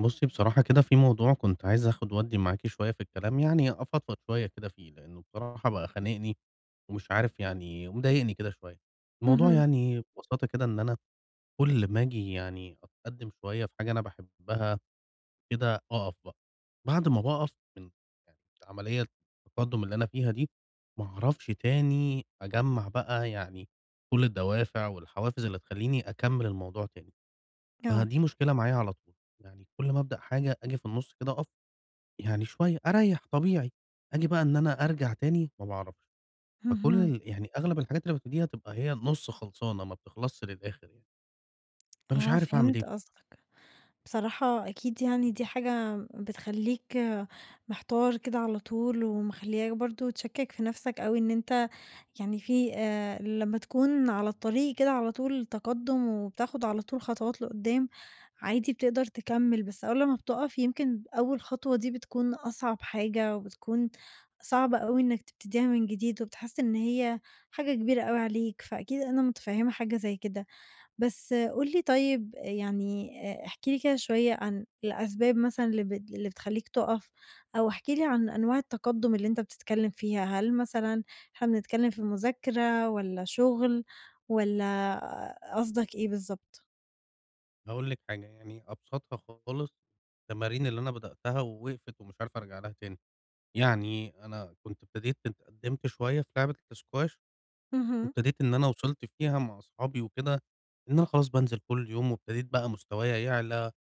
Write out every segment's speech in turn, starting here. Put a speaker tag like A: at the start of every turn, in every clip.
A: بُصّي، بصراحة كده في موضوع كنت عايز آخُد وأدّي معاكِ شوية في الكلام، يعني أفضفض شوية كده فيه، لإنه بصراحة بقى خانقني ومش عارف يعني، ومضايقني كده شوية. الموضوع
B: اهم،
A: يعني ببساطة كده إن أنا كل ما آجي يعني أتقدّم شوية في حاجة أنا باحبها، كده أقف بقى. بعد ما باقف من يعني عملية التقدُّم اللي أنا فيها دي، ما أعرفش تاني أجمّع بقى يعني كل الدوافع والحوافز اللي تخلّيني أكمّل الموضوع تاني.
B: آه،
A: فدي مشكلة معايا على طول، يعني كل ما أبدأ حاجة آجي في النُص كده أقف، يعني شوية أريّح طبيعي، آجي بقى إن أنا أرجع تاني ما باعرفش. فكل
B: اهم،
A: يعني أغلب الحاجات اللي بابتديها تبقى هي نُص خلصانة، ما بتخلصش للآخر يعني. فمش
B: آه
A: عارف أعمل إيه
B: فهمت
A: بصراحة.
B: قصدك. بصراحة أكيد يعني دي حاجة بتخلّيك محتار كده على طول، ومخلّياك برضه تشكّك في نَفْسك أوي إن أنت يعني في لمّا تكون على الطريق كده على طول تقدُّم وبتاخد على طول خطوات لقدّام، عادي بتقدر تكمّل، بس أول لمّا بتُقَف يمكن أول خطوة دي بتكون أصعب حاجة، وبتكون صعبة أوي إنّك تبتديها من جديد، وبتحس إن هي حاجة كبيرة أوي عليك، فأكيد أنا متفهّمة حاجة زي كده. بس قُل لي طيب يعني احكِ لي كده شوية عن الأسباب مثلًا اللي بتخلّيك تُقَف، أو احكِ لي عن أنواع التقدُّم اللي أنت بتتكلّم فيها، هل مثلًا إحنا بنتكلّم في مذاكرة والّا شُغل والّا قصدك إيه بالضبط؟
A: هاقول لِك حاجة يعني أبسطها خالص: التمارين اللي أنا بدأتها ووقفت ومش عارف أرجع لها تاني. يعني أنا كنت ابتديت اتقدّمت شوية في لعبة الإسكواش،
B: اهم.
A: وابتديت إن أنا وصلت فيها مع أصحابي وكده، إن أنا خلاص بانزل كل يوم، وابتديت بقى مستوايا يعلى،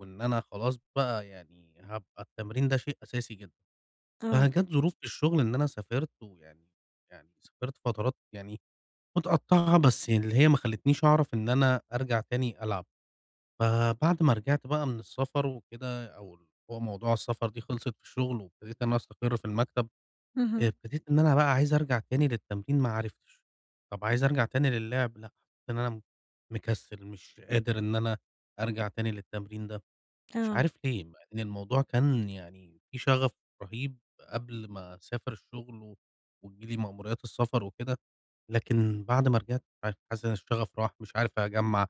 A: وإن أنا خلاص بقى يعني هابقى التمرين ده شيء أساسي جدًا.
B: آه،
A: فجات ظروف في الشغل إن أنا سافرت، ويعني سافرت فترات يعني متقطّعة، بس اللي هي ما خلّتنيش أعرف إن أنا أرجع تاني ألعب. فبعد ما رجعت بقى من السفر وكده، أو اللي هو موضوع السفر دي خلصت في الشغل، وابتديت إن أنا أستقر في المكتب.
B: اهم،
A: ابتديت إن أنا بقى عايز أرجع تاني للتمرين، ما عرفتش. طب عايز أرجع تاني للعب لأ، حسيت إن أنا مكسل، مش قادر إن أنا أرجع تاني للتمرين ده. مش
B: آه.
A: عارف ليه، مع إن الموضوع كان يعني في شغف رهيب قبل ما أسافر الشغل وتيجي لي مأموريات السفر وكده، لكن بعد ما رجعت مش عارف، حاسس إن الشغف راح، مش عارف أجمّع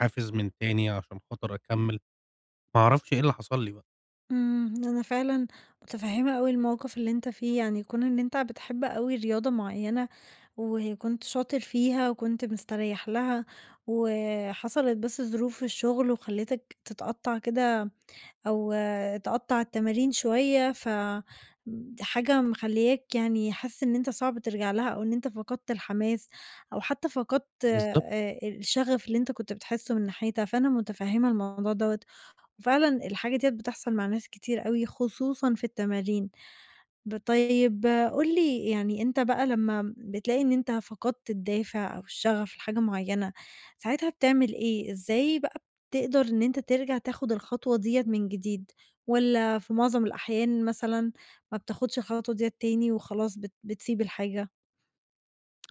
A: حافز من تاني عشان خاطر أكمّل. ما أعرفش إيه اللي حصل لي بقى.
B: أنا فعلًا متفهمة أوي الموقف اللي أنت فيه، يعني كون إن أنت بتحب أوي رياضة معينة، وكنت شاطر فيها وكنت مستريح لها، وحصلت بس ظروف في الشغل وخلتك تتقطع كده أو تقطع التمارين شوية، حاجة مخلياك يعني حاسس إن أنت صعب ترجع لها، أو إن أنت فقدت الحماس، أو حتى فقدت
A: بالضبط.
B: الشغف اللي أنت كنت بتحسه من ناحيتها، فأنا متفهمة الموضوع دوّة. فعلًا الحاجة ديّة بتحصل مع ناس كتير أوي خصوصًا في التمارين، طيب قُل لي يعني أنت بقى لمّا بتلاقي إن أنت فقدت الدافع أو الشغف لحاجة معيّنة، ساعتها بتعمل إيه؟ إزاي بقى بتقدر إن أنت ترجع تاخد الخطوة ديّة من جديد، والّا في معظم الأحيان مثلًا ما بتاخدش الخطوة ديّة تاني وخلاص بتسيب الحاجة؟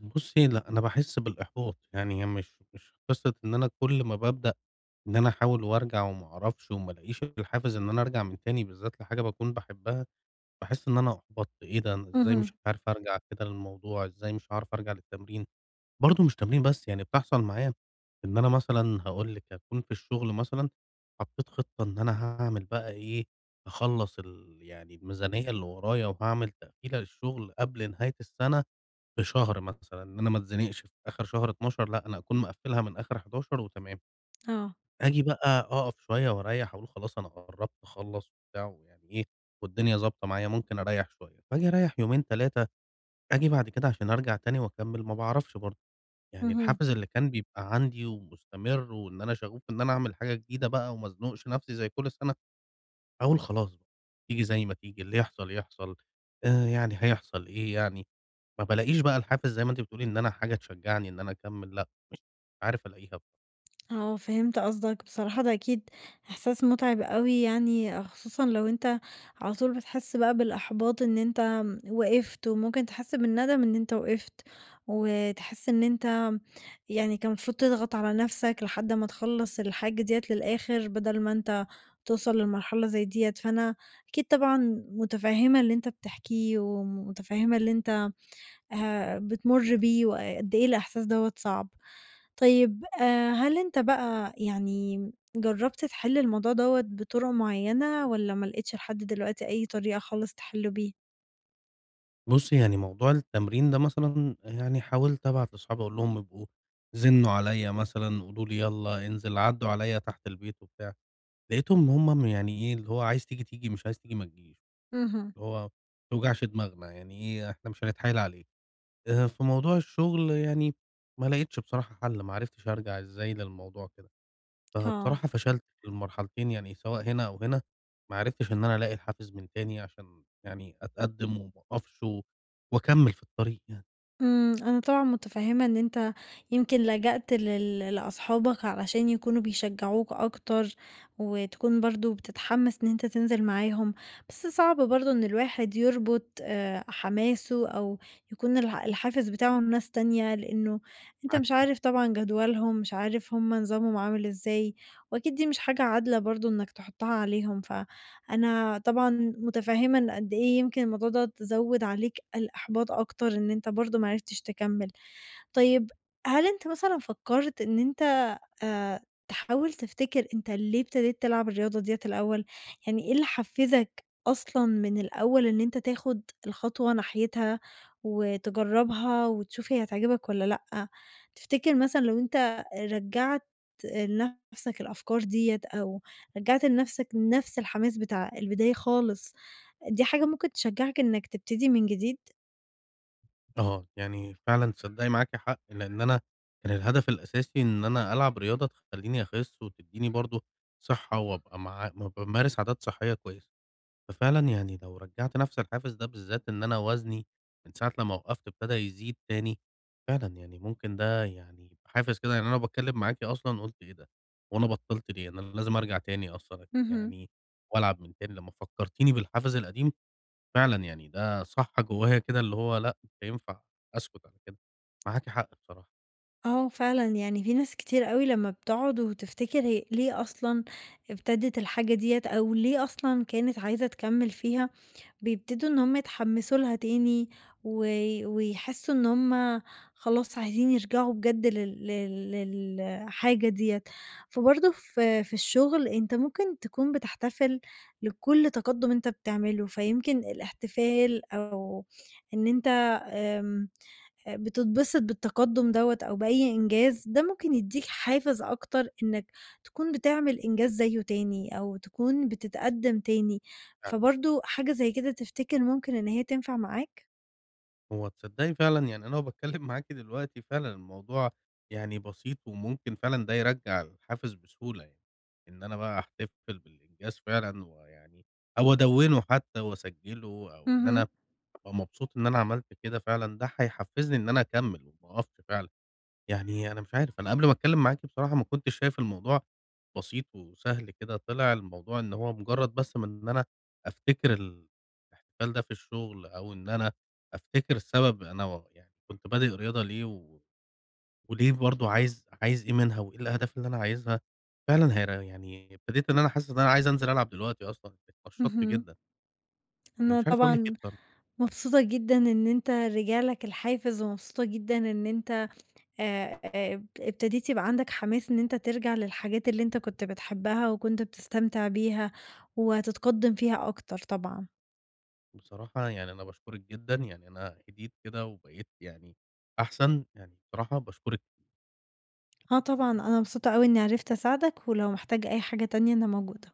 A: بُصّي، لأ، أنا باحس بالإحباط. يعني هي مش قصة إن أنا كل ما بابدأ إن أنا أحاول وأرجع وما أعرفش وما ألاقيش الحافز إن أنا أرجع من تاني بالذات لحاجة باكون باحبها. باحس إن أنا أُحبَطت، إيه ده؟ أنا إزاي
B: اهم،
A: مش عارف أرجع كده للموضوع؟ إزاي مش هاعرف أرجع للتمرين؟ برضه مش تمرين بس، يعني بتحصل معايا إن أنا مثلًا، هاقول لِك، أكون في الشغل مثلًا حطيت خطة إن أنا هاعمل بقى إيه، هاخلّص يعني الميزانية اللي ورايا، وهاعمل تقفيلة للشغل قبل نهاية السنة بشهر مثلًا، إن أنا ما اتزنقش في آخر شهر 12، لأ، أنا أكون مقفّلها من آخر 11 وتمام.
B: آه،
A: آجي بقى أقف شوية وأريّح، أقول خلاص أنا قرّبت أخلّص وبتاع ويعني إيه، والدنيا ضابطة معايا، ممكن أريّح شوية. فآجي أريّح يومين، 3، آجي بعد كده عشان أرجع تاني وأكمّل، ما باعرفش برضه. يعني
B: اهم.
A: الحافز اللي كان بيبقى عندي ومستمر وإن أنا شغوف إن أنا أعمل حاجة جديدة بقى وما أزنقش نَفْسي زي كل سَنة، أقول خلاص بقى تيجي زي ما تيجي، اللي يحصل يحصل، يعني هيحصل إيه يعني؟ ما بالاقيش بقى الحافز زي ما أنتِ بتقولي إن أنا حاجة تشجّعني إن أنا أكمّل، لأ، مش عارف ألاقيها.
B: آه، فهمت قصدك. بصراحة ده أكيد إحساس مُتعِب أوي يعني، خصوصًا لو أنت على طول بتحس بقى بالإحباط إن أنت وقفت، وممكن تحس بالندم إن أنت وقفت، وتحس إن أنت يعني كان المفروض تضغط على نَفْسك لحد ما تخلّص الحاجة ديّة للآخر، بدل ما أنت توصل لمرحلة زي ديّة. فأنا أكيد طبعًا مُتفهِّمة اللي أنت بتحكيه، ومُتفهِّمة اللي أنت بتمُر بيه، وقد إيه الإحساس دوّة صعب. طيب هل أنت بقى يعني جرّبت تحِل الموضوع دوّة بطُرق معيّنة والّا ما لقيتش لحد دلوقتي أي طريقة خالص تحِلّه بيه؟
A: بُصّي، يعني موضوع التمرين ده مثلًا، يعني حاولت أبعت لأصحابي أقول لهم يبقوا زنّوا عليّا مثلًا، قولوا لي يالّا انزل، عدّوا عليّا تحت البيت وبتاع، لقيتهم هم يعني إيه، اللي هو عايز تيجي، توجعش تيجي، مش عايز تيجي ما تجيش،
B: اهم،
A: اللي هو: ما توجعش دماغنا، يعني إيه، إحنا مش هنتحايل عليك. في موضوع الشغل يعني ما لقيتش بصراحة حَل، ما عرفتش أرجع إزاي للموضوع كده.
B: آه.
A: فبصراحة فشلت في المرحلتين، يعني سواء هنا أو هنا، ما عرفتش إن أنا ألاقي الحافز من تاني عشان يعني أتقدّم وما أقفش وأكمّل في الطريق يعني.
B: أنا طبعًا متفهمة إن أنت يمكن لجأت لأصحابك علشان يكونوا بيشجعوك أكتر، وتكون برضه بتتحمس إن أنت تنزل معاهم، بس صعب برضه إن الواحد يربط حماسه أو يكون الحافز بتاعه ناس تانية، لإنه أنت
A: معاك
B: مش
A: حق.
B: عارف طبعًا جدولهم، مش عارف هُم نظامهم عامل إزاي، وأكيد دي مش حاجة عادلة برضه إنك تحطها عليهم، أنا طبعًا متفهّمة إن قد إيه يمكن الموضوع دوّة زوّد عليك الإحباط أكتر إن أنت برضه ما عرفتش تكمّل. طيب هل أنت مثلًا فكّرت إن أنت آآ تحاول تفتكر أنت ليه ابتديت تلعب الرياضة ديّة الأول؟ يعني إيه اللي حفّزك أصلًا من الأول إن أنت تاخُد الخطوة ناحيتها وتجرّبها وتشوف هي هتعجبك والّا لأ؟ تفتكر مثلًا لو أنت رجّعت لنَفْسك الأفكار ديّة أو رجّعت لنَفْسك نَفْس الحماس بتاع البداية خالص، دي حاجة ممكن تشجّعك إنّك تبتدي من جديد؟
A: آه، يعني فعلًا تصدّقي معاكِ حق، لإن أنا كان الهدف الأساسي إن أنا ألعب رياضة تخلّيني أخِس وتدّيني برضه صحّة، وأبقى مع بامارس عادات صحّية كويسة. ففعلًا يعني لو رجّعت نفس الحافز ده بالذات، إن أنا وزني من ساعة لمّا وقّفت ابتدى يزيد تاني، فعلًا يعني ممكن ده يعني يبقى حافز كده. يعني أنا باتكلّم معاكِ أصلًا قُلت: إيه ده! هو أنا بطّلت ليه؟ أنا لازم أرجع تاني أصلًا
B: اهم.
A: يعني وألعب من تاني. لمّا فكّرتيني بالحافز القديم، فعلًا يعني ده صَح جوّايا كده، اللي هو: لأ، مش هينفع أسكُت على كده. معاكِ حق بصراحة.
B: آه فعلًا، يعني في ناس كتير أوي لمّا بتقعد وتفتكر هي ليه أصلًا ابتدت الحاجة ديّة أو ليه أصلًا كانت عايزة تكمّل فيها، بيبتدوا إن هُم يتحمّسوا لها تاني ويحسّوا إن هُم خلاص عايزين يرجعوا بجد لل لل للحاجة ديّة. فبرضه في الشغل أنت ممكن تكون بتحتفل لكل تقدُّم أنت بتعمله، فيمكن الاحتفال أو إن أنت آمم بتتبسط بالتقدُّم دوّة أو بأي إنجاز، ده ممكن يدّيك حافز أكتر إنّك تكون بتعمل إنجاز زيّه تاني أو تكون بتتقدّم تاني، فبرضه حاجة زي كده تفتكر ممكن إن هي تنفع معاك؟
A: هو تصدّقي فعلًا يعني أنا وباتكلّم معاكِ دلوقتي، فعلًا الموضوع يعني بسيط، وممكن فعلًا ده يرجّع الحافز بسهولة يعني، إن أنا بقى أحتفل بالإنجاز فعلًا، ويعني أو أدوّنه حتى وأسجّله، أو إن
B: اهم،
A: أنا أبقى مبسوط إن أنا عملت كده فعلًا، ده هيحفّزني إن أنا أكمّل وما أقفش فعلًا. يعني أنا مش عارف، أنا قبل ما أتكلّم معاكِ بصراحة ما كنتش شايف الموضوع بسيط وسهل كده. طلع الموضوع إن هو مجرّد بس من إن أنا أفتكر الاحتفال ده في الشغل، أو إن أنا أفتكر السبب، أنا يعني كنت بادئ رياضة ليه، وليه برضه عايز إيه منها، وإيه الأهداف اللي أنا عايزها. فعلًا هي يعني ابتديت إن أنا حاسس إن أنا عايز أنزل ألعب دلوقتي أصلًا، اتنشّطت
B: اهم.
A: جدًا. أنا
B: أنا
A: مش عارف أقول لِك إيه،
B: طبعًا
A: بصرا
B: مبسوطة جدًا إن أنت رجع لك الحافز، ومبسوطة جدًا إن أنت اب ابتديت يبقى عندك حماس إن أنت ترجع للحاجات اللي أنت كنت بتحبها وكنت بتستمتع بيها، وهتتقدّم فيها أكتر طبعًا.
A: بصراحة يعني أنا باشكرِك جدًا. يعني أنا هديت كده وبقيت يعني أحسن. يعني بصراحة باشكرِك.
B: آه طبعًا، أنا مبسوطة أوي إني عرفت أساعدك، ولو محتاج أي حاجة تانية أنا موجودة.